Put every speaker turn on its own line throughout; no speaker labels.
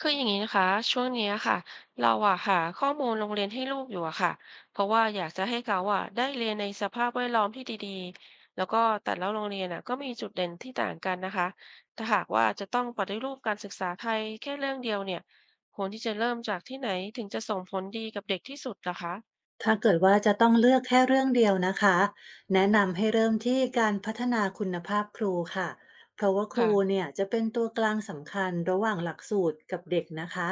คืออย่างนี้นะคะช่วงเนี้ยค่ะเราอะหาข้อมูลโรงเรียนให้ลูกอยู่อะค่ะเพราะว่าอยากจะให้เขาอะได้เรียนในสภาพแวดล้อมที่ดีๆแล้วก็แต่ละโรงเรียนอะก็มีจุดเด่นที่ต่างกันนะคะถ้าหากว่าจะต้องปฏิรูปการศึกษาไทยแค่เรื่องเดียวเนี่ยควรที่จะเริ่มจากที่ไหนถึงจะส่งผลดีกับเด็กที่สุดล่ะคะ
ถ้าเกิดว่าจะต้องเลือกแค่เรื่องเดียวนะคะแนะนำให้เริ่มที่การพัฒนาคุณภาพครูค่ะเพราะว่าครู
ค่ะ
เนี่ยจะเป็นตัวกลางสำคัญระหว่างหลักสูตรกับเด็กนะคะ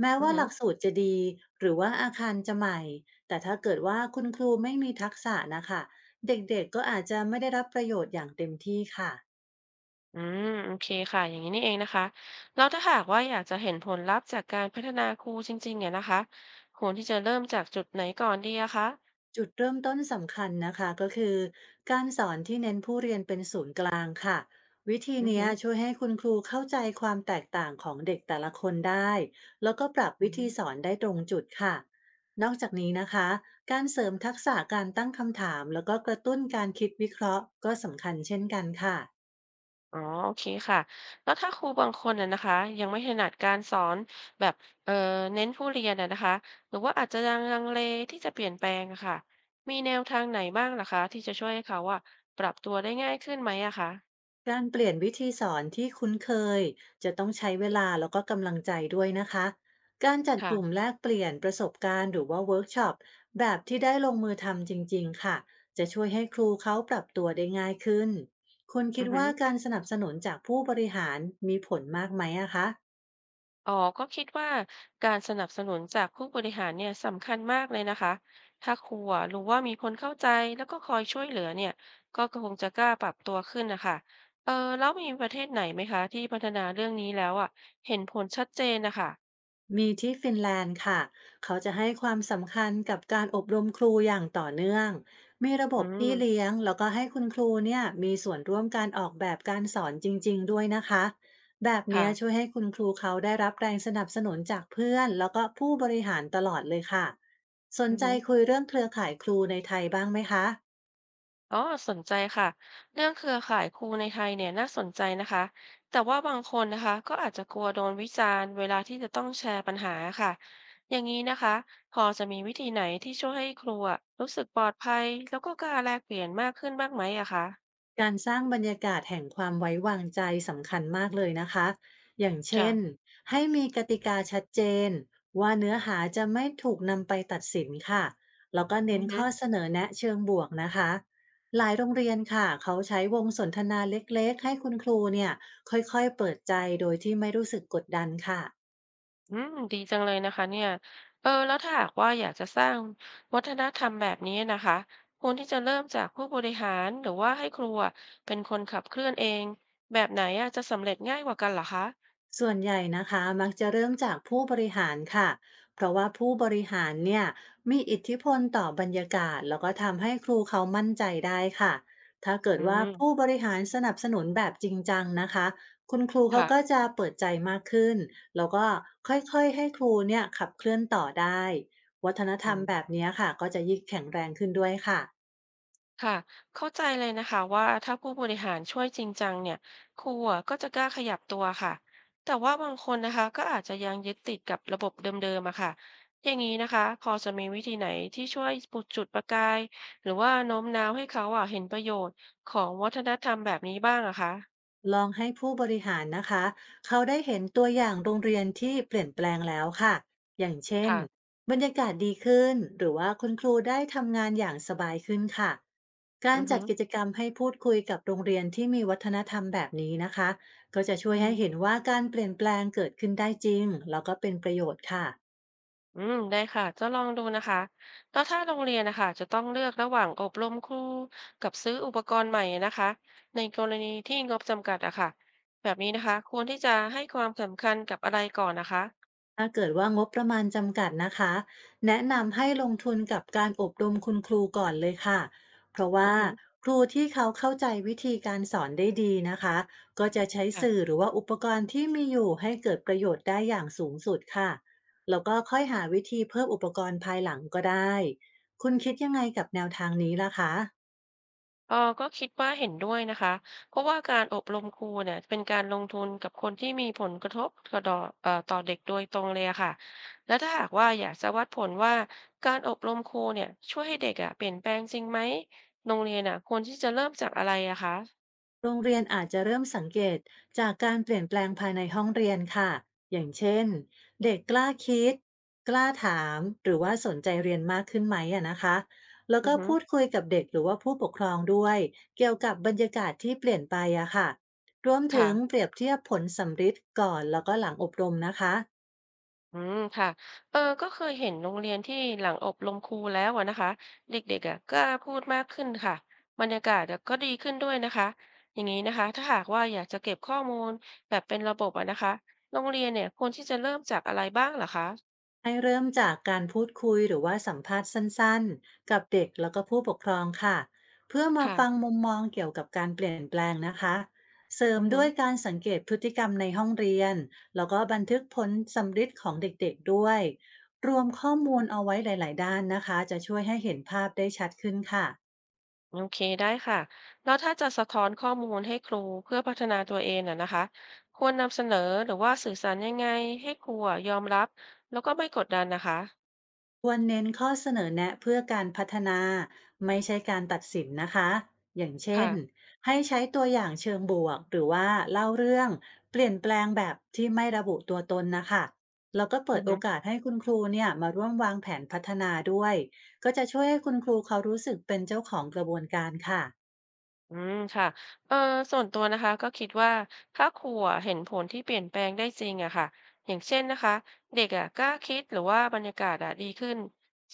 แม้
อือ
ว่า
หื
ห
อ
ลักสูตรจะดีหรือว่าอาคารจะใหม่แต่ถ้าเกิดว่าคุณครูไม่มีทักษะนะคะเด็กๆก็อาจจะไม่ได้รับประโยชน์อย่างเต็มที่ค่ะ
อืมโอเคค่ะอย่างนี้นี่เองนะคะแล้วถ้าหากว่าอยากจะเห็นผลลัพธ์จากการพัฒนาครูจริงๆเนี่ยนะคะควรที่จะเริ่มจากจุดไหนก่อนดีอะคะ
จุดเริ่มต้นสำคัญนะคะก็คือการสอน ค่ะวิธี
อือ
เนี้
ฮึ
ยช่วยให้คุณครูเข้าใจความแตกต่างของเด็กแต่ละคนได้ แล้วก็ปรับ
อือ
วิ
ฮึ
ธีสอนได้ตรงจุดค่ะ นอกจากนี้นะคะ การเสริมทักษะการตั้งคำถามแล้วก็กระตุ้นการคิดวิเคราะห์ก็สำคัญเช่นกันค่ะ
อ๋อโอเคค่ะแล้วถ้าครูบางคนอะนะคะยังไม่ถนัดการสอนแบบเอ่อเน้นผู้เรียนอะนะคะหรือว่าอาจจะยังลังเลที่จะเปลี่ยนแปลงอะค่ะมีแนวทางไหนบ้างล่ะคะที่จะช่วยให้เขาอะปรับตัวได้ง่ายขึ้นไหมอะคะ
การเปลี่ยนวิธีสอนที่คุ้นเคยจะต้องใช้เวลาแล้วก็กำลังใจด้วยนะคะ การจัดกลุ่ม
ค่ะ
แลกเปลี่ยนประสบการณ์หรือว่าเวิร์กช็อปแบบที่ได้ลงมือทำจริงๆค่ะจะช่วยให้ครูเขาปรับตัวได้ง่ายขึ้น คุณคิ
อื
ด
อฮึ
ว่าการสนับสนุนจากผู้บริหารมีผลมากไหมอะคะ
อ๋อก็คิดว่าการสนับสนุนจากผู้บริหารเนี่ยสำคัญมากเลยนะคะถ้าครูอะรู้ว่ามีคนเข้าใจแล้วก็คอยช่วยเหลือเนี่ยก็คงจะกล้าปรับตัวขึ้นนะคะเออแล้วมีประเทศไหนไหมคะที่พัฒนาเรื่องนี้แล้วอ่ะเห็นผลชัดเจนนะคะ
มีที่ฟินแลนด์ค่ะ เขาจะให้ความสำคัญกับการอบรมครูอย่างต่อเนื่อง มีระบ
อื
บพี่
ม
เลี้ยงแล้วก็ให้คุณครูเนี่ยมีส่วนร่วมการออกแบบการสอนจริงๆด้วยนะคะ แบบเนี้ยช่
ค่ะ
วยให้คุณครูเขาได้รับแรงสนับสนุนจากเพื่อนแล้วก็ผู้บริหารตลอดเลยค่ะ สน
อือ
ใจ
ฮึ
คุยเรื่องเครือข่ายครูในไทยบ้างไหมคะ
อ๋อสนใจค่ะเรื่องเครือข่ายครูในไทยเนี่ยน่าสนใจนะคะแต่ว่าบางคนนะคะก็อาจจะกลัวโดนวิจารณ์เวลาที่จะต้องแชร์ปัญหาค่ะอย่างนี้นะคะพอจะมีวิธีไหนที่ช่วยให้ครูอะรู้สึกปลอดภัยแล้วก็กล้าแลกเปลี่ยนมากขึ้นบ้างไหมอะคะ
การสร้างบรรยากาศแห่งความไว้วางใจสำคัญมากเลยนะคะ อย่างเช่น
ค่ะ
ให้มีกติกาชัดเจนว่าเนื้อหาจะไม่ถูกนำไปตัดสินค่ะ แล้วก็
อื
เน้น
อฮึ
ข้อเสนอแนะเชิงบวกนะคะ หลายโรงเรียนค่ะเขาใช้วงสนทนาเล็กๆให้คุณครูเนี่ยค่อยๆเปิดใจโดยที่ไม่รู้สึกกดดันค่ะ
อืมดีจังเลยนะคะเนี่ยเออแล้วถ้าหากว่าอยากจะสร้างวัฒนธรรมแบบนี้นะคะควรที่จะเริ่มจากผู้บริหารหรือว่าให้ครูอะเป็นคนขับเคลื่อนเองแบบไหนอะจะสำเร็จง่ายกว่ากันเหรอคะ
ส่วนใหญ่นะคะมักจะเริ่มจากผู้บริหารค่ะเพราะว่าผู้บริหารเนี่ยมีอิทธิพลต่อบรรยากาศแล้วก็ทำให้ครูเขามั่นใจได้ค่ะถ้าเกิ
อื
ดว่าผู้
ม
บริหารสนับสนุนแบบจริงจังนะคะคุณครูเขา
ค่ะ
ก็จะเปิดใจมากขึ้นแล้วก็ค่อยๆให้ครูเนี่ยขับเคลื่อนต่อได้วัฒนธร
อื
รม
ม
แบบเนี้ยค่ะก็จะยิ่งแข็งแรงขึ้นด้วยค่ะ
ค่ะเข้าใจเลยนะคะว่าถ้าผู้บริหารช่วยจริงจังเนี่ยครูอะก็จะกล้าขยับตัวค่ะแต่ว่าบางคนนะคะก็อาจจะยังยึดติดกับระบบเดิมๆอะค่ะอย่างนี้นะคะพอจะมีวิธีไหนที่ช่วยปลุกจุดประกายหรือว่าโน้มน้าวให้เขาอะเห็นประโยชน์ของวัฒนธรรมแบบนี้บ้างอะคะ
ลองให้ผู้บริหารนะคะเขาได้เห็นตัวอย่างโรงเรียนที่เปลี่ยนแปลงแล้วค่ะอย่างเช่น
ค่ะ
บรรยากาศดีขึ้นหรือว่าคุณครูได้ทำงานอย่างสบายขึ้นค่ะกา
อื
ร
อ
จั
ฮึ
ดกิจกรรมให้พูดคุยกับโรงเรียนที่มีวัฒนธรรมแบบนี้นะคะก็จะช่
อื
วยให้
ม
เห็นว่าการเปลี่ยนแปลงเกิดขึ้นได้จริงแล้วก็เป็นประโยชน์ค่ะ
อืมได้ค่ะจะลองดูนะคะแล้วถ้าโรงเรียนนะคะจะต้องเลือกระหว่างอบรมครูกับซื้ออุปกรณ์ใหม่นะคะในกรณีที่งบจำกัดอะค่ะแบบนี้นะคะควรที่จะให้ความสำคัญกับอะไรก่อนนะคะ
ถ้าเกิดว่างบประมาณจำกัดนะคะแนะนำให้ลงทุนกับการอบรมคุณครูก่อนเลยค่ะเพราะ
อื
ว่า
อฮึ
ครูที่เขาเข้าใจวิธีการสอนได้ดีนะคะก็จะใช้สื่
ค่ะ
อหรือว่าอุปกรณ์ที่มีอยู่ให้เกิดประโยชน์ได้อย่างสูงสุดค่ะแล้วก็ค่อยหาวิธีเพิ่มอุปกรณ์ภายหลังก็ได้คุณคิดยังไงกับแนวทางนี้ล่ะคะ
เออก็คิดว่าเห็นด้วยนะคะเพราะว่าการอบรมครูเนี่ยเป็นการลงทุนกับคนที่มีผลกระทบกระดอต่อเด็กโดยตรงเลยอะค่ะแล้วถ้าหากว่าอยากจะวัดผลว่าการอบรมครูเนี่ยช่วยให้เด็กอะเปลี่ยนแปลงจริงไหมโรงเรียนอะควรที่จะเริ่มจากอะไรอะคะ
โรงเรียนอาจจะเริ่มสังเกตจากการเปลี่ยนแปลงภายในห้องเรียนค่ะอย่างเช่นเด็กกล้าคิดกล้าถามหรือว่าสนใจเรียนมากขึ้นไหมอะนะคะแล้ว
อือ
ก็
ฮึ
พูดคุยกับเด็กหรือว่าผู้ปกครองด้วยเกี่ยวกับบรรยากาศที่เปลี่ยนไปอะค่ะรวมถึ
ค่ะ
งเปรียบเทียบผลสัมฤทธิ์ก่อนแล้วก็หลังอบรมนะคะ
อืมค่ะเออก็เคยเห็นโรงเรียนที่หลังอบรมครูแล้วอะนะคะเด็กๆอะกล้าพูดมากขึ้นค่ะบรรยากาศอะก็ดีขึ้นด้วยนะคะอย่างนี้นะคะถ้าหากว่าอยากจะเก็บข้อมูลแบบเป็นระบบอะนะคะโรงเรียนเนี่ยควรที่จะเริ่มจากอะไรบ้างเหรอคะ
ให้เริ่มจากการพูดคุยหรือว่าสัมภาษณ์สั้นๆ กับเด็กแล้วก็ผู้ปกครองค่ะเพื่อมา
ค่ะ
ฟังมุมมองเกี่ยวกับการเปลี่ยนแปลงนะคะเสริม
อือฮึ
ด้วยการสังเกตพฤติกรรมในห้องเรียนแล้วก็บันทึกผลสำฤทธิ์ของเด็กๆด้วยรวมข้อ
อื
มูลเอา
ม
ไว้หลายๆด้านนะคะจะช่วยให้เห็นภาพได้ชัดขึ้นค่ะ
โอเคได้ค่ะแล้วถ้าจะสะท้อนข้อมูลให้ครูเพื่อพัฒนาตัวเองอะนะคะควรนำเสนอหรือว่าสื่อสารยังไงให้ครูอะยอมรับแล้วก็ไม่กดดันนะคะ
ควรเน้นข้อเสนอแนะเพื่อการพัฒนาไม่ใช่การตัดสินนะคะอย่างเช่
ค่ะ
นให้ใช้ตัวอย่างเชิงบวกหรือว่าเล่าเรื่องเปลี่ยนแปลงแบบที่ไม่ระบุตัวตนนะคะแล้วก็
อื
เปิ
อ
ดโอ
ฮึ
กาสให้คุณครูเนี่ยมาร่วมวางแผนพัฒนาด้วยก็จะช่วยให้คุณครูเขารู้สึกเป็นเจ้าของกระบวนการค่ะ
อืมค่ะเอ่อส่วนตัวนะคะก็คิดว่าถ้าครูอะเห็นผลที่เปลี่ยนแปลงได้จริงอะค่ะอย่างเช่นนะคะเด็กอะกล้าคิดหรือว่าบรรยากาศอะดีขึ้น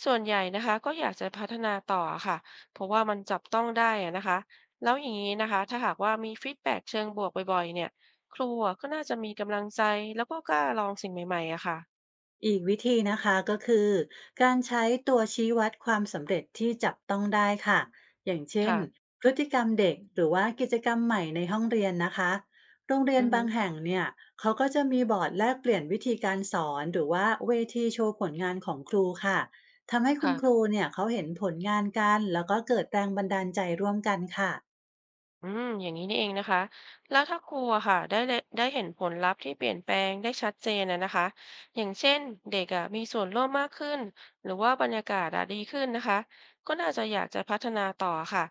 ส่วนใหญ่นะคะก็อยากจะพัฒนาต่ออะค่ะเพราะว่ามันจับต้องได้อะนะคะแล้วอย่างนี้นะคะถ้าหากว่ามีฟีดแบ็กเชิงบวกบ่อยๆเนี่ยครูอะก็น่าจะมีกำลังใจแล้วก็กล้าลองสิ่งใหม่ๆอะค่ะ
อีกวิธีนะคะก็คือการใช้ตัวชี้วัดความสำเร็จที่จับต้องได้ค่ะอย่างเช่น
ค่ะ
พฤติกรรมเด็กหรือว่ากิจกรรมใหม่ในห้องเรียนนะคะโรงเรีย
อื
น
อฮึ
บางแห่งเนี่ยเขาก็จะมีบอร์ดแลกเปลี่ยนวิธีการสอนหรือว่าเวทีโชว์ผลงานของครูค่ะทำให้คุณค
ค่ะ
รูเนี่ยเขาเห็นผลงานกันแล้วก็เกิดแรงบันดาลใจร่วมกันค่ะ
อืมอย่างนี้นี่เองนะคะแล้วถ้าครูอะค่ะได้เลยได้เห็นผลลัพธ์ที่เปลี่ยนแปลงได้ชัดเจนนะนะคะอย่างเช่นเด็กอะมีส่วนร่วมมากขึ้นหรือว่าบรรยากาศอะดีขึ้นนะคะก็น่าจะอยากจะพัฒนาต่อค่ะ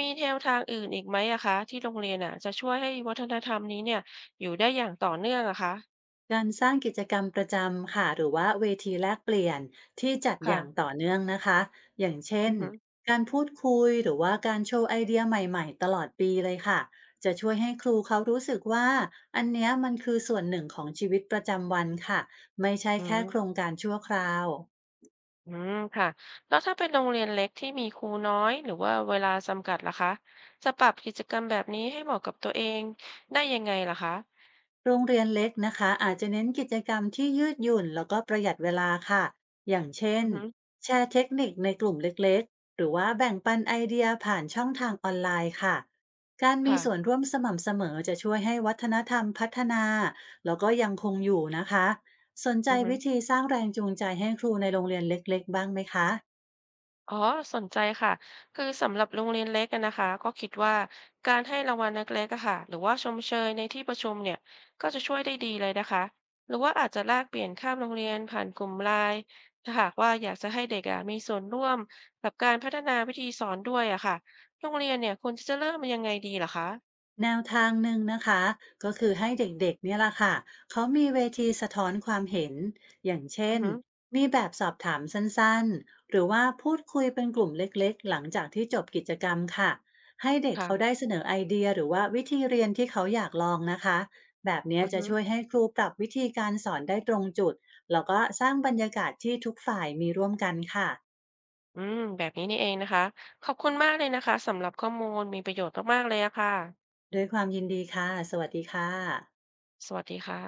มีแนวทางอื่นอีกไหมอะคะที่โรงเรียนอะจะช่วยให้วัฒนธรรมนี้เนี่ยอยู่ได้อย่างต่อเนื่องอะคะ
การสร้างกิจกรรมประจำค่ะหรือว่าเวทีแลกเปลี่ยนที่จัดอ
ค่ะ
ย่างต่อเนื่องนะคะอย่างเช่
อื
น
อฮึ
การพูดคุยหรือว่าการโชว์ไอเดียใหม่ๆตลอดปีเลยค่ะจะช่วยให้ครูเขารู้สึกว่าอันเนี้ยมันคือส่วนหนึ่งของชีวิตประจำวันค่ะไม่ใช่
อื
แค่โคร
ม
งการชั่วคราว
อืมค่ะแล้วถ้าเป็นโรงเรียนเล็กที่มีครูน้อยหรือว่าเวลาจำกัดล่ะคะจะปรับกิจกรรมแบบนี้ให้เหมาะกับตัวเองได้ยังไงล่ะคะ
โรงเรียนเล็กนะคะอาจจะเน้นกิจกรรมที่ยืดหยุ่นแล้วก็ประหยัดเวลาค่ะอย่างเช่
อื
น
อฮึ
แชร์เทคนิคในกลุ่มเล็กๆหรือว่าแบ่งปันไอเดียผ่านช่องทางออนไลน์ค่ะการมี
ค่ะ
ส่วนร่วมสม่ำเสมอจะช่วยให้วัฒนธรรมพัฒนาแล้วก็ยังคงอยู่นะคะสนใจ
อือฮึ
วิธีสร้างแรงจูงใจให้ครูในโรงเรียนเล็กๆบ้างไหมคะ
อ๋อสนใจค่ะคือสำหรับโรงเรียนเล็กอะนะคะก็คิดว่าการให้รางวัลนักเล็กอะค่ะหรือว่าชมเชยในที่ประชุมเนี่ยก็จะช่วยได้ดีเลยนะคะหรือว่าอาจจะแลกเปลี่ยนข้ามโรงเรียนผ่านกลุ่มไลน์ถ้าหากว่าอยากจะให้เด็กอะมีส่วนร่วมกับการพัฒนาวิธีสอนด้วยอะค่ะโรงเรียนเนี่ยควรจะเริ่มมันยังไงดีเหรอคะ
แนวทางหนึ่งนะคะก็คือให้เด็กๆเนี่ยล่ะค่ะเขามีเวทีสะท้อนความเห็นอย่างเช่
อือ
น
ฮึ
มีแบบสอบถามสั้นๆหรือว่าพูดคุยเป็นกลุ่มเล็กๆหลังจากที่จบกิจกรรมค่ะให้เด็กเขา
ค่ะ
ได้เสนอไอเดียหรือว่าวิธีเรียนที่เขาอยากลองนะคะแบบเนี้ย
อือ
จะ
ฮึ
ช่วยให้ครูปรับวิธีการสอนได้ตรงจุดแล้วก็สร้างบรรยากาศที่ทุกฝ่ายมีร่วมกันค่ะ
อืมแบบนี้นี่เองนะคะขอบคุณมากเลยนะคะสำหรับข้อมูลมีประโยชน์มากๆเลยอะค่ะ
ด้วยความยินดีค่ะสวัสดีค่ะ
สวัสดีค่ะ